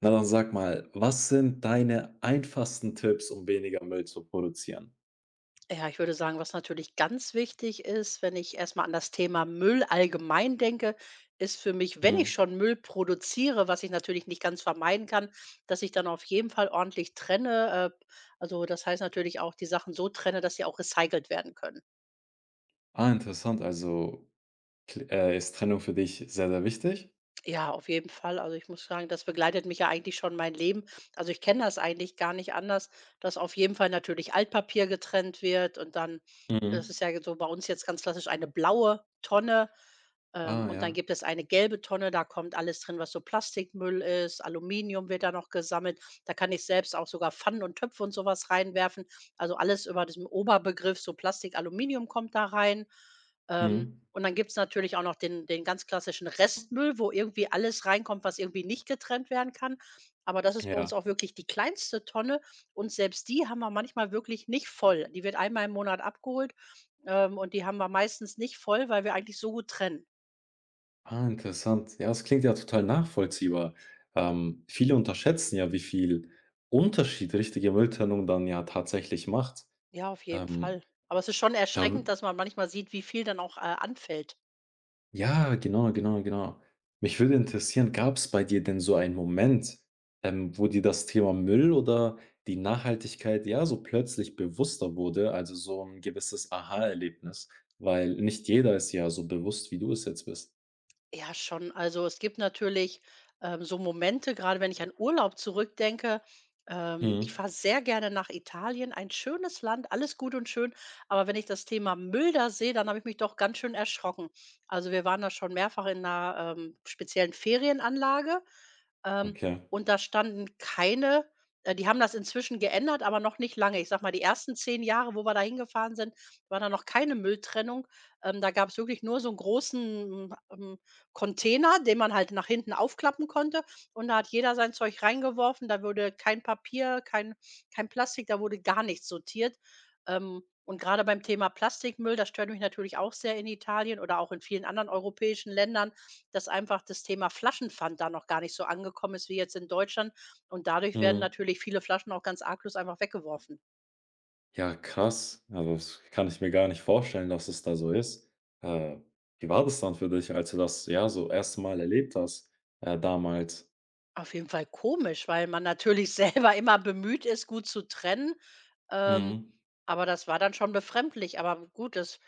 Na, dann sag mal, was sind deine einfachsten Tipps, um weniger Müll zu produzieren? Ja, ich würde sagen, was natürlich ganz wichtig ist, wenn ich erstmal an das Thema Müll allgemein denke, ist für mich, wenn ich Mhm. schon Müll produziere, was ich natürlich nicht ganz vermeiden kann, dass ich dann auf jeden Fall ordentlich trenne. Also das heißt natürlich auch die Sachen so trenne, dass sie auch recycelt werden können. Ah, interessant. Also, kl ist Trennung für dich sehr, sehr wichtig? Ja, auf jeden Fall. Also, ich muss sagen, das begleitet mich ja eigentlich schon mein Leben. Also, ich kenne das eigentlich gar nicht anders, dass auf jeden Fall natürlich Altpapier getrennt wird. Und dann das Mhm. ist ja so bei uns jetzt ganz klassisch eine blaue Tonne, Ah, und dann ja. gibt es eine gelbe Tonne, da kommt alles drin, was so Plastikmüll ist, Aluminium wird da noch gesammelt. Da kann ich selbst auch sogar Pfannen und Töpfe und sowas reinwerfen. Also, alles über diesem Oberbegriff, so Plastik, Aluminium kommt da rein. Ähm, Mhm. und dann gibt's natürlich auch noch den ganz klassischen Restmüll, wo irgendwie alles reinkommt, was irgendwie nicht getrennt werden kann. Aber das ist bei Ja. uns auch wirklich die kleinste Tonne und selbst die haben wir manchmal wirklich nicht voll. Die wird einmal im Monat abgeholt, und die haben wir meistens nicht voll, weil wir eigentlich so gut trennen. Ah, interessant. Ja, das klingt ja total nachvollziehbar. Viele unterschätzen ja, wie viel Unterschied richtige Mülltrennung dann ja tatsächlich macht. Ja, auf jeden Ähm, Fall. Aber es ist schon da erschreckend, dass man manchmal sieht, wie viel dann auch, anfällt. Ja, genau, genau, genau. Mich würde interessieren, gab es bei dir denn so einen Moment, wo dir das Thema Müll oder die Nachhaltigkeit, ja, so plötzlich bewusster wurde, also so ein gewisses Aha-Erlebnis, weil nicht jeder ist ja so bewusst, wie du es jetzt bist. Ja, schon. Also es gibt natürlich so Momente, gerade wenn ich an Urlaub zurückdenke. Ich Mhm. fahre sehr gerne nach Italien, ein schönes Land, alles gut und schön. Aber wenn ich das Thema Müll da sehe, dann habe ich mich doch ganz schön erschrocken. Also wir waren da schon mehrfach in einer speziellen Ferienanlage, ähm, Okay. und da standen keine, die haben das inzwischen geändert, aber noch nicht lange. Ich sag mal, die ersten 10 Jahre, wo wir da hingefahren sind, war da noch keine Mülltrennung. Da gab es wirklich nur so einen großen Container, den man halt nach hinten aufklappen konnte, und da hat jeder sein Zeug reingeworfen. Da wurde kein Papier, kein Plastik, da wurde gar nichts sortiert. Und gerade beim Thema Plastikmüll, das stört mich natürlich auch sehr in Italien oder auch in vielen anderen europäischen Ländern, dass einfach das Thema Flaschenpfand da noch gar nicht so angekommen ist wie jetzt in Deutschland. Und dadurch werden Mhm. natürlich viele Flaschen auch ganz arglos einfach weggeworfen. Ja, krass. Also, das kann ich mir gar nicht vorstellen, dass es da so ist. Äh, Wie war das dann für dich, als du das, ja, so erste Mal erlebt hast, damals? Auf jeden Fall komisch, weil man natürlich selber immer bemüht ist, gut zu trennen. Ähm, Mhm. aber das war dann schon befremdlich. Aber gut, das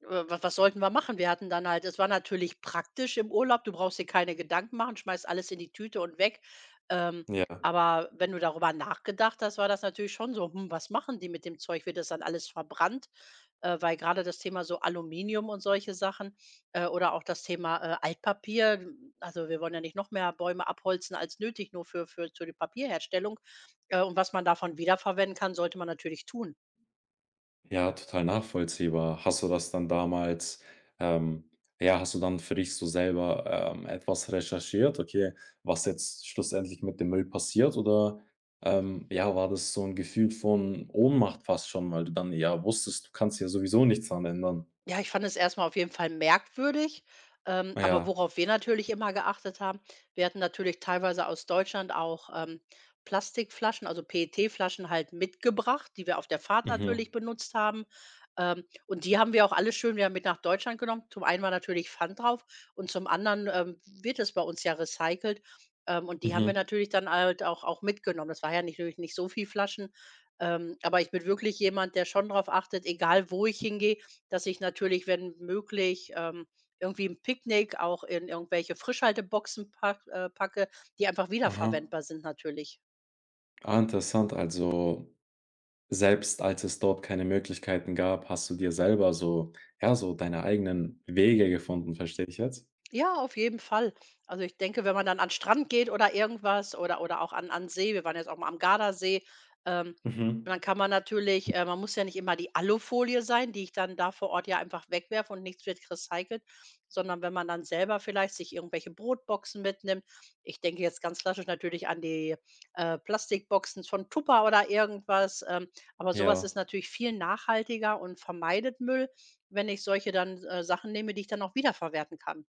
wa was sollten wir machen? Wir hatten dann halt es war natürlich praktisch im Urlaub, du brauchst dir keine Gedanken machen, schmeißt alles in die Tüte und weg. Ähm, Ja. aber wenn du darüber nachgedacht hast, war das natürlich schon so: „Hm, was machen die mit dem Zeug? Wird das dann alles verbrannt?“ Weil gerade das Thema so Aluminium und solche Sachen, oder auch das Thema, Altpapier. Hm, also, wir wollen ja nicht noch mehr Bäume abholzen als nötig, nur für die Papierherstellung. Und was man davon wiederverwenden kann, sollte man natürlich tun. Ja, total nachvollziehbar. Hast du das dann damals ähm, ja, hast du dann für dich so selber, etwas recherchiert, okay, was jetzt schlussendlich mit dem Müll passiert? Oder, ja, war das so ein Gefühl von Ohnmacht fast schon, weil du dann ja wusstest, du kannst ja sowieso nichts dran ändern? Ja, ich fand es erstmal auf jeden Fall merkwürdig, aber Ja. worauf wir natürlich immer geachtet haben, wir hatten natürlich teilweise aus Deutschland auch, Plastikflaschen, also PET-Flaschen halt mitgebracht, die wir auf der Fahrt Mhm. natürlich benutzt haben. Und die haben wir auch alle schön wieder mit nach Deutschland genommen. Zum einen war natürlich Pfand drauf und zum anderen, wird es bei uns ja recycelt. Und die haben wir Mhm. natürlich dann halt auch mitgenommen. Das war ja nicht natürlich nicht so viel Flaschen, aber ich bin wirklich jemand, der schon drauf achtet, egal wo ich hingehe, dass ich natürlich, wenn möglich, irgendwie 'n Picknick auch in irgendwelche Frischhalteboxen packe, die einfach Aha. wiederverwendbar sind natürlich. Ah, interessant. Also, selbst als es dort keine Möglichkeiten gab, hast du dir selber so ja, so deine eigenen Wege gefunden, verstehe ich jetzt? Ja, auf jeden Fall. Also, ich denke, wenn man dann an 'n Strand geht oder irgendwas oder auch an See, wir waren jetzt auch mal am Gardasee, ähm, Mhm. dann kann man natürlich man muss ja nicht immer die Alufolie sein, die ich dann da vor Ort ja einfach wegwerfe und nichts wird recycelt, sondern wenn man dann selber vielleicht sich irgendwelche Brotboxen mitnimmt. Ich denke jetzt ganz klassisch natürlich an die, Plastikboxen von Tupper oder irgendwas, aber sowas Ja, ist natürlich viel nachhaltiger und vermeidet Müll, wenn ich solche dann, Sachen nehme, die ich dann auch wiederverwerten kann.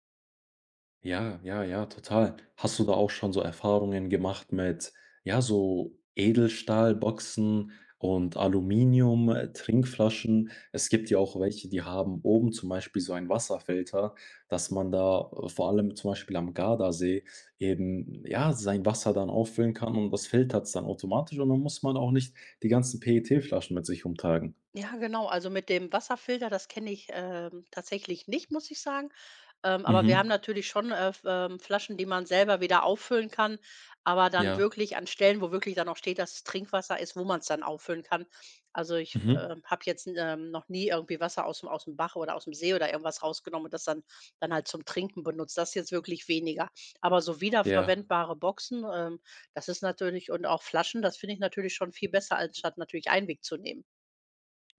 ja, ja, ja, total. Hast du da auch schon so Erfahrungen gemacht mit, ja, so Edelstahlboxen und Aluminium, Trinkflaschen? Es gibt ja auch welche, die haben oben zum Beispiel so einen Wasserfilter, dass man da vor allem zum Beispiel am Gardasee eben, ja, sein Wasser dann auffüllen kann und das filtert's dann automatisch und dann muss man auch nicht die ganzen PET-Flaschen mit sich rumtragen. Ja, genau. Also mit dem Wasserfilter, das kenne ich, tatsächlich nicht, muss ich sagen. Aber wir haben Mhm. natürlich schon, F Flaschen, die man selber wieder auffüllen kann, aber dann Ja. wirklich an Stellen, wo wirklich dann auch steht, dass es Trinkwasser ist, wo man es dann auffüllen kann. Also ich, Mhm. Habe jetzt, noch nie irgendwie Wasser aus dem Bach oder aus dem See oder irgendwas rausgenommen und das dann halt zum Trinken benutzt. Das jetzt wirklich weniger. Aber so Ja. wiederverwendbare Boxen, das ist natürlich und auch Flaschen, das finde ich natürlich schon viel besser, als statt natürlich Einweg zu nehmen.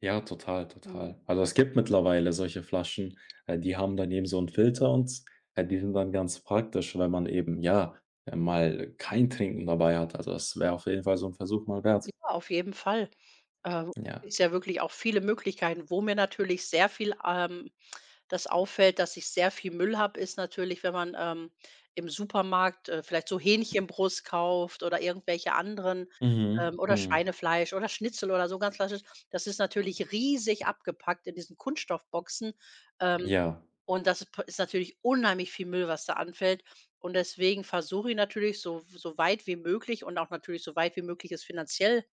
Ja, total, Mhm. total. Also, es gibt mittlerweile solche Flaschen, die haben dann eben so 'n Filter und, die sind dann ganz praktisch, wenn man eben, ja, mal kein Trinken dabei hat. Also, das wäre auf jeden Fall so 'n Versuch mal wert. Ja, auf jeden Fall. Äh, Ja. Gibt's ja wirklich auch viele Möglichkeiten. Wo mir natürlich sehr viel, das auffällt, dass ich sehr viel Müll habe, ist natürlich, wenn man, im Supermarkt, vielleicht so Hähnchenbrust kauft oder irgendwelche anderen, Mhm, oder mhm. Schweinefleisch oder Schnitzel oder so ganz klassisch. Das ist natürlich riesig abgepackt in diesen Kunststoffboxen. Ähm Ja. und das p ist natürlich unheimlich viel Müll, was da anfällt. Und deswegen versuche ich natürlich so weit wie möglich und auch natürlich so weit wie möglich es finanziell,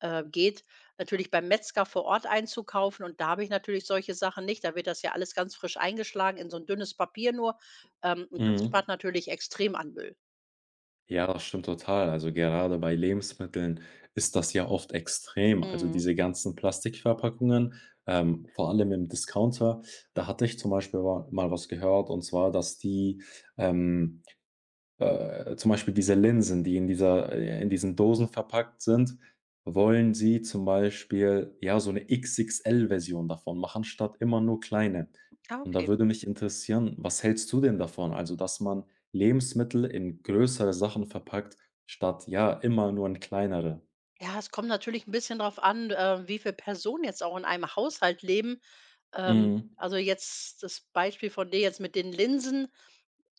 geht, natürlich beim Metzger vor Ort einzukaufen. Und da habe ich natürlich solche Sachen nicht. Da wird das ja alles ganz frisch eingeschlagen in so ein dünnes Papier nur. Und das Mhm. spart natürlich extrem an Müll. Ja, das stimmt total. Also, gerade bei Lebensmitteln ist das ja oft extrem. Also, Mhm. diese ganzen Plastikverpackungen, vor allem im Discounter, da hatte ich zum Beispiel wa mal was gehört und zwar, dass die, ähm zum Beispiel diese Linsen, die in dieser in diesen Dosen verpackt sind, wollen sie zum Beispiel, ja, so 'ne XXL-Version davon machen, statt immer nur kleine. Ah, Und da okay. würde mich interessieren, was hältst du denn davon? Also, dass man Lebensmittel in größere Sachen verpackt, statt, ja, immer nur in kleinere. Ja, es kommt natürlich ein bisschen drauf an, wie viele Personen jetzt auch in einem Haushalt leben. Ähm, Mhm. also, jetzt das Beispiel von dir jetzt mit den Linsen.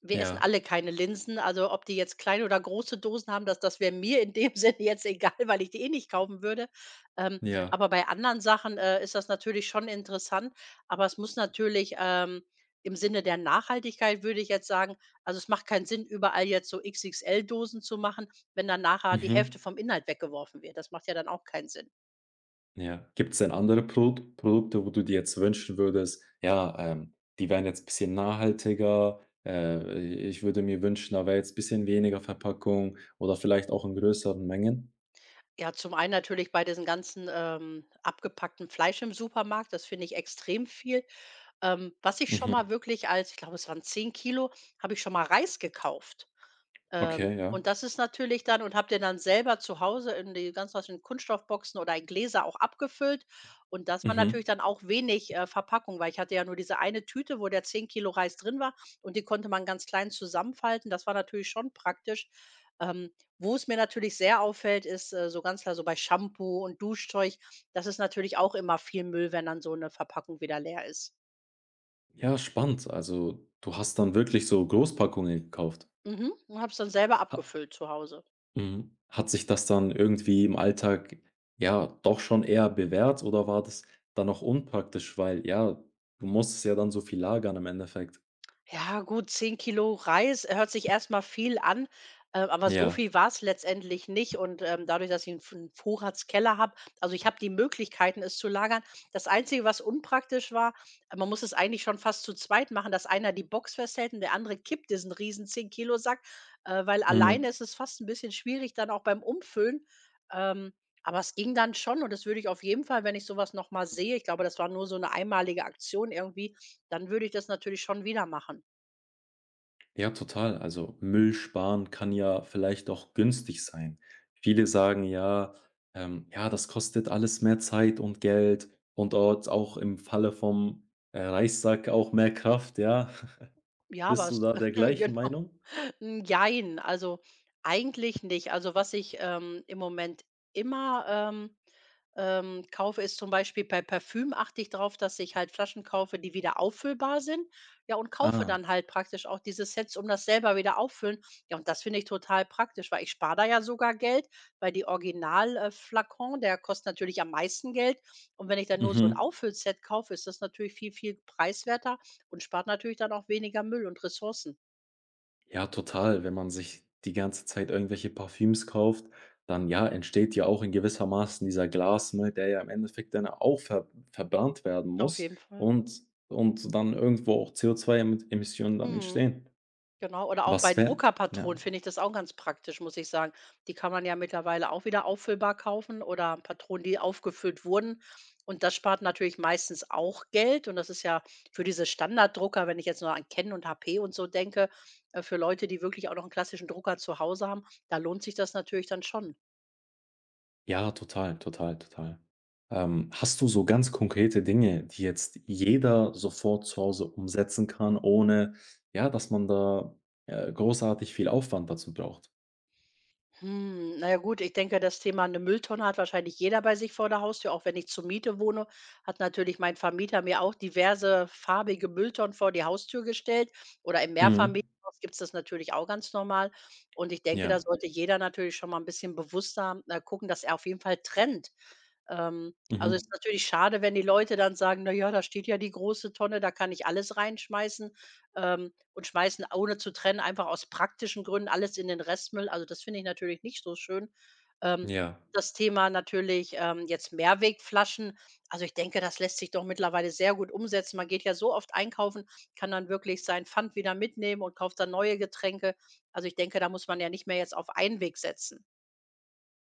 Wir essen Ja, alle keine Linsen, also ob die jetzt kleine oder große Dosen haben, das wäre mir in dem Sinne jetzt egal, weil ich die eh nicht kaufen würde. Ähm, ja. aber bei anderen Sachen, ist das natürlich schon interessant, aber es muss natürlich, im Sinne der Nachhaltigkeit würde ich jetzt sagen, also, es macht keinen Sinn, überall jetzt so XXL-Dosen zu machen, wenn dann nachher die Hälfte Mhm. vom Inhalt weggeworfen wird. Das macht ja dann auch keinen Sinn. Ja. Gibt's denn andere Produkte, wo du dir jetzt wünschen würdest: „Ja, die wären jetzt ein bisschen nachhaltiger. Ich würde mir wünschen, da wäre jetzt ein bisschen weniger Verpackung oder vielleicht auch in größeren Mengen?“ Ja, zum einen natürlich bei diesen ganzen, abgepackten Fleisch im Supermarkt, das finde ich extrem viel. Was ich schon mal Mhm. wirklich, als ich glaube, es waren 10 Kilo, habe ich schon mal Reis gekauft. Ähm, Okay, ja. und das ist natürlich dann und habe den dann selber zu Hause in die ganz was in Kunststoffboxen oder in Gläser auch abgefüllt. Und das war Mhm. natürlich dann auch wenig, Verpackung, weil ich hatte ja nur diese eine Tüte, wo der 10 Kilo Reis drin war, und die konnte man ganz klein zusammenfalten. Das war natürlich schon praktisch. Ähm, Wo es mir natürlich sehr auffällt, ist, so ganz klar so bei Shampoo und Duschzeug. Das ist natürlich auch immer viel Müll, wenn dann so eine Verpackung wieder leer ist. Ja, spannend. Also, du hast dann wirklich so Großpackungen gekauft. Mhm, und habe es dann selber Ha abgefüllt zu Hause. Mhm. Hat sich das dann irgendwie im Alltag, ja, doch schon eher bewährt oder war das dann auch unpraktisch? Weil, ja, du musstest ja dann so viel lagern im Endeffekt. Ja, gut, 10 Kilo Reis hört sich erstmal viel an, aber so Ja. viel war's letztendlich nicht. Und, dadurch, dass ich einen F 'n Vorratskeller habe, also, ich habe die Möglichkeiten, es zu lagern. Das Einzige, was unpraktisch war, man muss es eigentlich schon fast zu zweit machen, dass einer die Box festhält und der andere kippt diesen riesen 10 Kilo Sack, weil alleine Mhm. ist es fast ein bisschen schwierig dann auch beim Umfüllen. Ähm, aber es ging dann schon, und das würde ich auf jeden Fall, wenn ich so was noch mal sehe, ich glaube, das war nur so eine einmalige Aktion irgendwie, dann würde ich das natürlich schon wieder machen. Ja, total. Also Müll sparen kann ja vielleicht auch günstig sein. Viele sagen ja, ja, das kostet alles mehr Zeit und Geld und dort auch im Falle vom Reissack auch mehr Kraft, ja. Ja, Bist du was da der gleichen genau. Meinung? Hm, jein, also eigentlich nicht. Also, was ich, im Moment immer, ähm kaufe, ist zum Beispiel bei Parfüm achte ich darauf, dass ich halt Flaschen kaufe, die wieder auffüllbar sind. Ja, und kaufe Ah, dann halt praktisch auch diese Sets, um das selber wieder auffüllen. Ja, und das finde ich total praktisch, weil ich spare da ja sogar Geld, weil die Original, Flakon, der kostet natürlich am meisten Geld. Und wenn ich dann nur so ein mhm. Auffüllset kaufe, ist das natürlich viel, viel preiswerter und spart natürlich dann auch weniger Müll und Ressourcen. Ja, total. Wenn man sich die ganze Zeit irgendwelche Parfüms kauft, dann ja, entsteht ja auch in gewisser Maßen dieser Glasmüll, der ja im Endeffekt dann auch verbrannt werden Auf muss jeden Fall. und dann irgendwo auch CO2-Emissionen dann Mhm. entstehen. Genau, oder auch bei Was wäre Druckerpatronen ja, finde ich das auch ganz praktisch, muss ich sagen. Die kann man ja mittlerweile auch wieder auffüllbar kaufen oder Patronen, die aufgefüllt wurden. Und das spart natürlich meistens auch Geld. Und das ist ja für diese Standarddrucker, wenn ich jetzt nur an Canon und HP und so denke, für Leute, die wirklich auch noch einen klassischen Drucker zu Hause haben, da lohnt sich das natürlich dann schon. ja, total, total, total. Hast du so ganz konkrete Dinge, die jetzt jeder sofort zu Hause umsetzen kann, ohne ja, dass man da, großartig viel Aufwand dazu braucht? Na ja gut, ich denke, das Thema eine Mülltonne hat wahrscheinlich jeder bei sich vor der Haustür. Auch wenn ich zur Miete wohne, hat natürlich mein Vermieter mir auch diverse farbige Mülltonnen vor die Haustür gestellt oder im Mhm. Mehrfamilienhaus gibt's das natürlich auch ganz normal. Und ich denke, da Ja. sollte jeder natürlich schon mal ein bisschen bewusster, gucken, dass er auf jeden Fall trennt. Also, Mhm. ist natürlich schade, wenn die Leute dann sagen: „Na ja, da steht ja die große Tonne, da kann ich alles reinschmeißen“, und schmeißen, ohne zu trennen, einfach aus praktischen Gründen alles in den Restmüll. Also, das finde ich natürlich nicht so schön. Ähm, Ja, Das Thema natürlich, jetzt Mehrwegflaschen. Also, ich denke, das lässt sich doch mittlerweile sehr gut umsetzen. Man geht ja so oft einkaufen, kann dann wirklich sein Pfand wieder mitnehmen und kauft dann neue Getränke. Also, ich denke, da muss man ja nicht mehr jetzt auf Einweg setzen.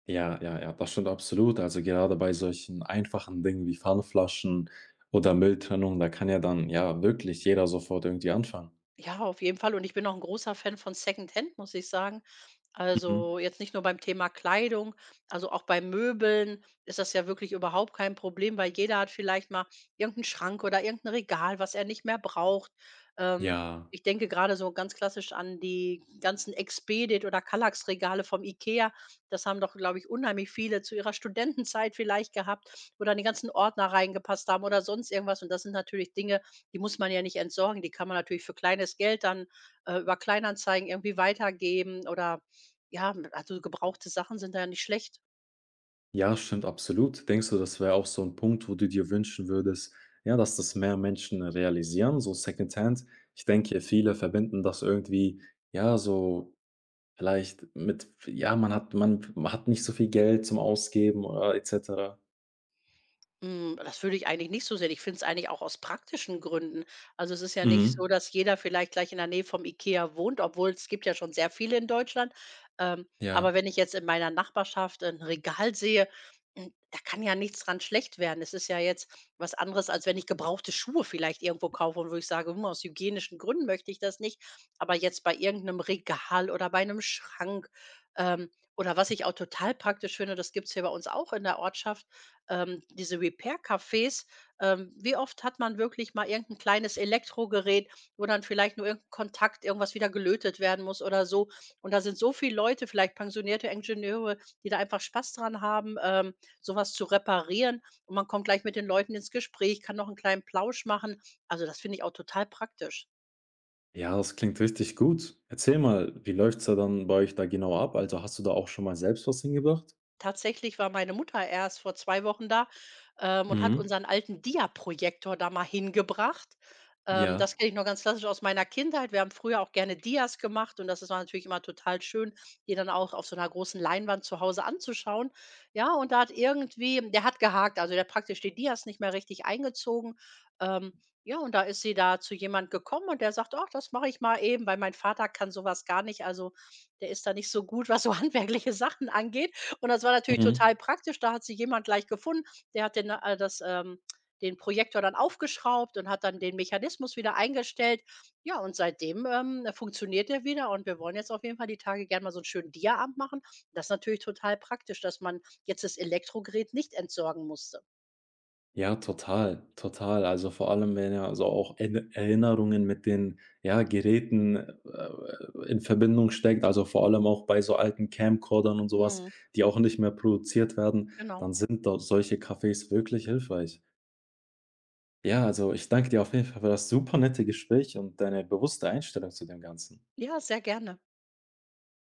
ja, ja, ja, das stimmt absolut. Also gerade bei solchen einfachen Dingen wie Pfandflaschen oder Mülltrennung, da kann ja dann ja wirklich jeder sofort irgendwie anfangen. Ja, auf jeden Fall. Und ich bin auch ein großer Fan von Secondhand, muss ich sagen. Also Mhm. jetzt nicht nur beim Thema Kleidung, also auch bei Möbeln ist das ja wirklich überhaupt kein Problem, weil jeder hat vielleicht mal irgendeinen Schrank oder irgendein Regal, was er nicht mehr braucht. Ähm, Ja, Ich denke gerade so ganz klassisch an die ganzen Expedit oder Kallax-Regale vom IKEA. Das haben doch, glaube ich, unheimlich viele zu ihrer Studentenzeit vielleicht gehabt oder in die ganzen Ordner reingepasst haben oder sonst irgendwas. Und das sind natürlich Dinge, die muss man ja nicht entsorgen. Die kann man natürlich für kleines Geld dann über Kleinanzeigen irgendwie weitergeben oder ja, also gebrauchte Sachen sind da ja nicht schlecht. ja, stimmt absolut. Denkst du, das wäre auch so ein Punkt, wo du dir wünschen würdest, ja, dass das mehr Menschen realisieren, so Secondhand? Ich denke, viele verbinden das irgendwie, ja, so vielleicht mit, ja, man hat, man hat nicht so viel Geld zum Ausgeben oder etc. Hm, das würde ich eigentlich nicht so sehen. Ich finde es eigentlich auch aus praktischen Gründen. Also, es ist ja nicht so, Mhm. dass jeder vielleicht gleich in der Nähe vom IKEA wohnt, obwohl es gibt ja schon sehr viele in Deutschland. Aber Ja. wenn ich jetzt in meiner Nachbarschaft ein Regal sehe, hm, da kann ja nichts dran schlecht werden. Es ist ja jetzt was anderes, als wenn ich gebrauchte Schuhe vielleicht irgendwo kaufe und wo ich sage: „Hm, aus hygienischen Gründen möchte ich das nicht.“ Aber jetzt bei irgendeinem Regal oder bei einem Schrank, ähm, oder was ich auch total praktisch finde, das gibt es hier bei uns auch in der Ortschaft, diese Repair-Cafés, wie oft hat man wirklich mal irgendein kleines Elektrogerät, wo dann vielleicht nur irgendein Kontakt, irgendwas wieder gelötet werden muss oder so. Und da sind so viele Leute, vielleicht pensionierte Ingenieure, die da einfach Spaß dran haben, so zu reparieren. Und man kommt gleich mit den Leuten ins Gespräch, kann noch einen kleinen Plausch machen. Also, das finde ich auch total praktisch. Ja, das klingt richtig gut. Erzähl mal, wie läuft's da dann bei euch da genau ab? Also, hast du da auch schon mal selbst was hingebracht? Tatsächlich war meine Mutter erst vor 2 Wochen da, und hat Mhm. unseren alten Dia-Projektor da mal hingebracht. Ja. Das kenne ich noch ganz klassisch aus meiner Kindheit. Wir haben früher auch gerne Dias gemacht und das ist natürlich immer total schön, die dann auch auf so einer großen Leinwand zu Hause anzuschauen. Ja, und da hat irgendwie der hat gehakt, also, der hat praktisch die Dias nicht mehr richtig eingezogen. Ähm, ja, und da ist sie da zu jemand gekommen und der sagt: „Ach, das mache ich mal eben“, weil mein Vater kann sowas gar nicht. Also, der ist da nicht so gut, was so handwerkliche Sachen angeht. Und das war natürlich Mhm. total praktisch. Da hat sich jemand gleich gefunden, der hat den Projektor dann aufgeschraubt und hat dann den Mechanismus wieder eingestellt. Ja, und seitdem, funktioniert der wieder und wir wollen jetzt auf jeden Fall die Tage gerne mal so einen schönen Diaabend machen. Das ist natürlich total praktisch, dass man jetzt das Elektrogerät nicht entsorgen musste. Ja, total, total. Also, vor allem, wenn ja so auch Erinnerungen mit den, ja, Geräten, in Verbindung steckt, also, vor allem auch bei so alten Camcordern und sowas, Mhm. die auch nicht mehr produziert werden, Genau. dann sind da solche Cafés wirklich hilfreich. Ja, also, ich danke dir auf jeden Fall für das super nette Gespräch und deine bewusste Einstellung zu dem Ganzen. Ja, sehr gerne.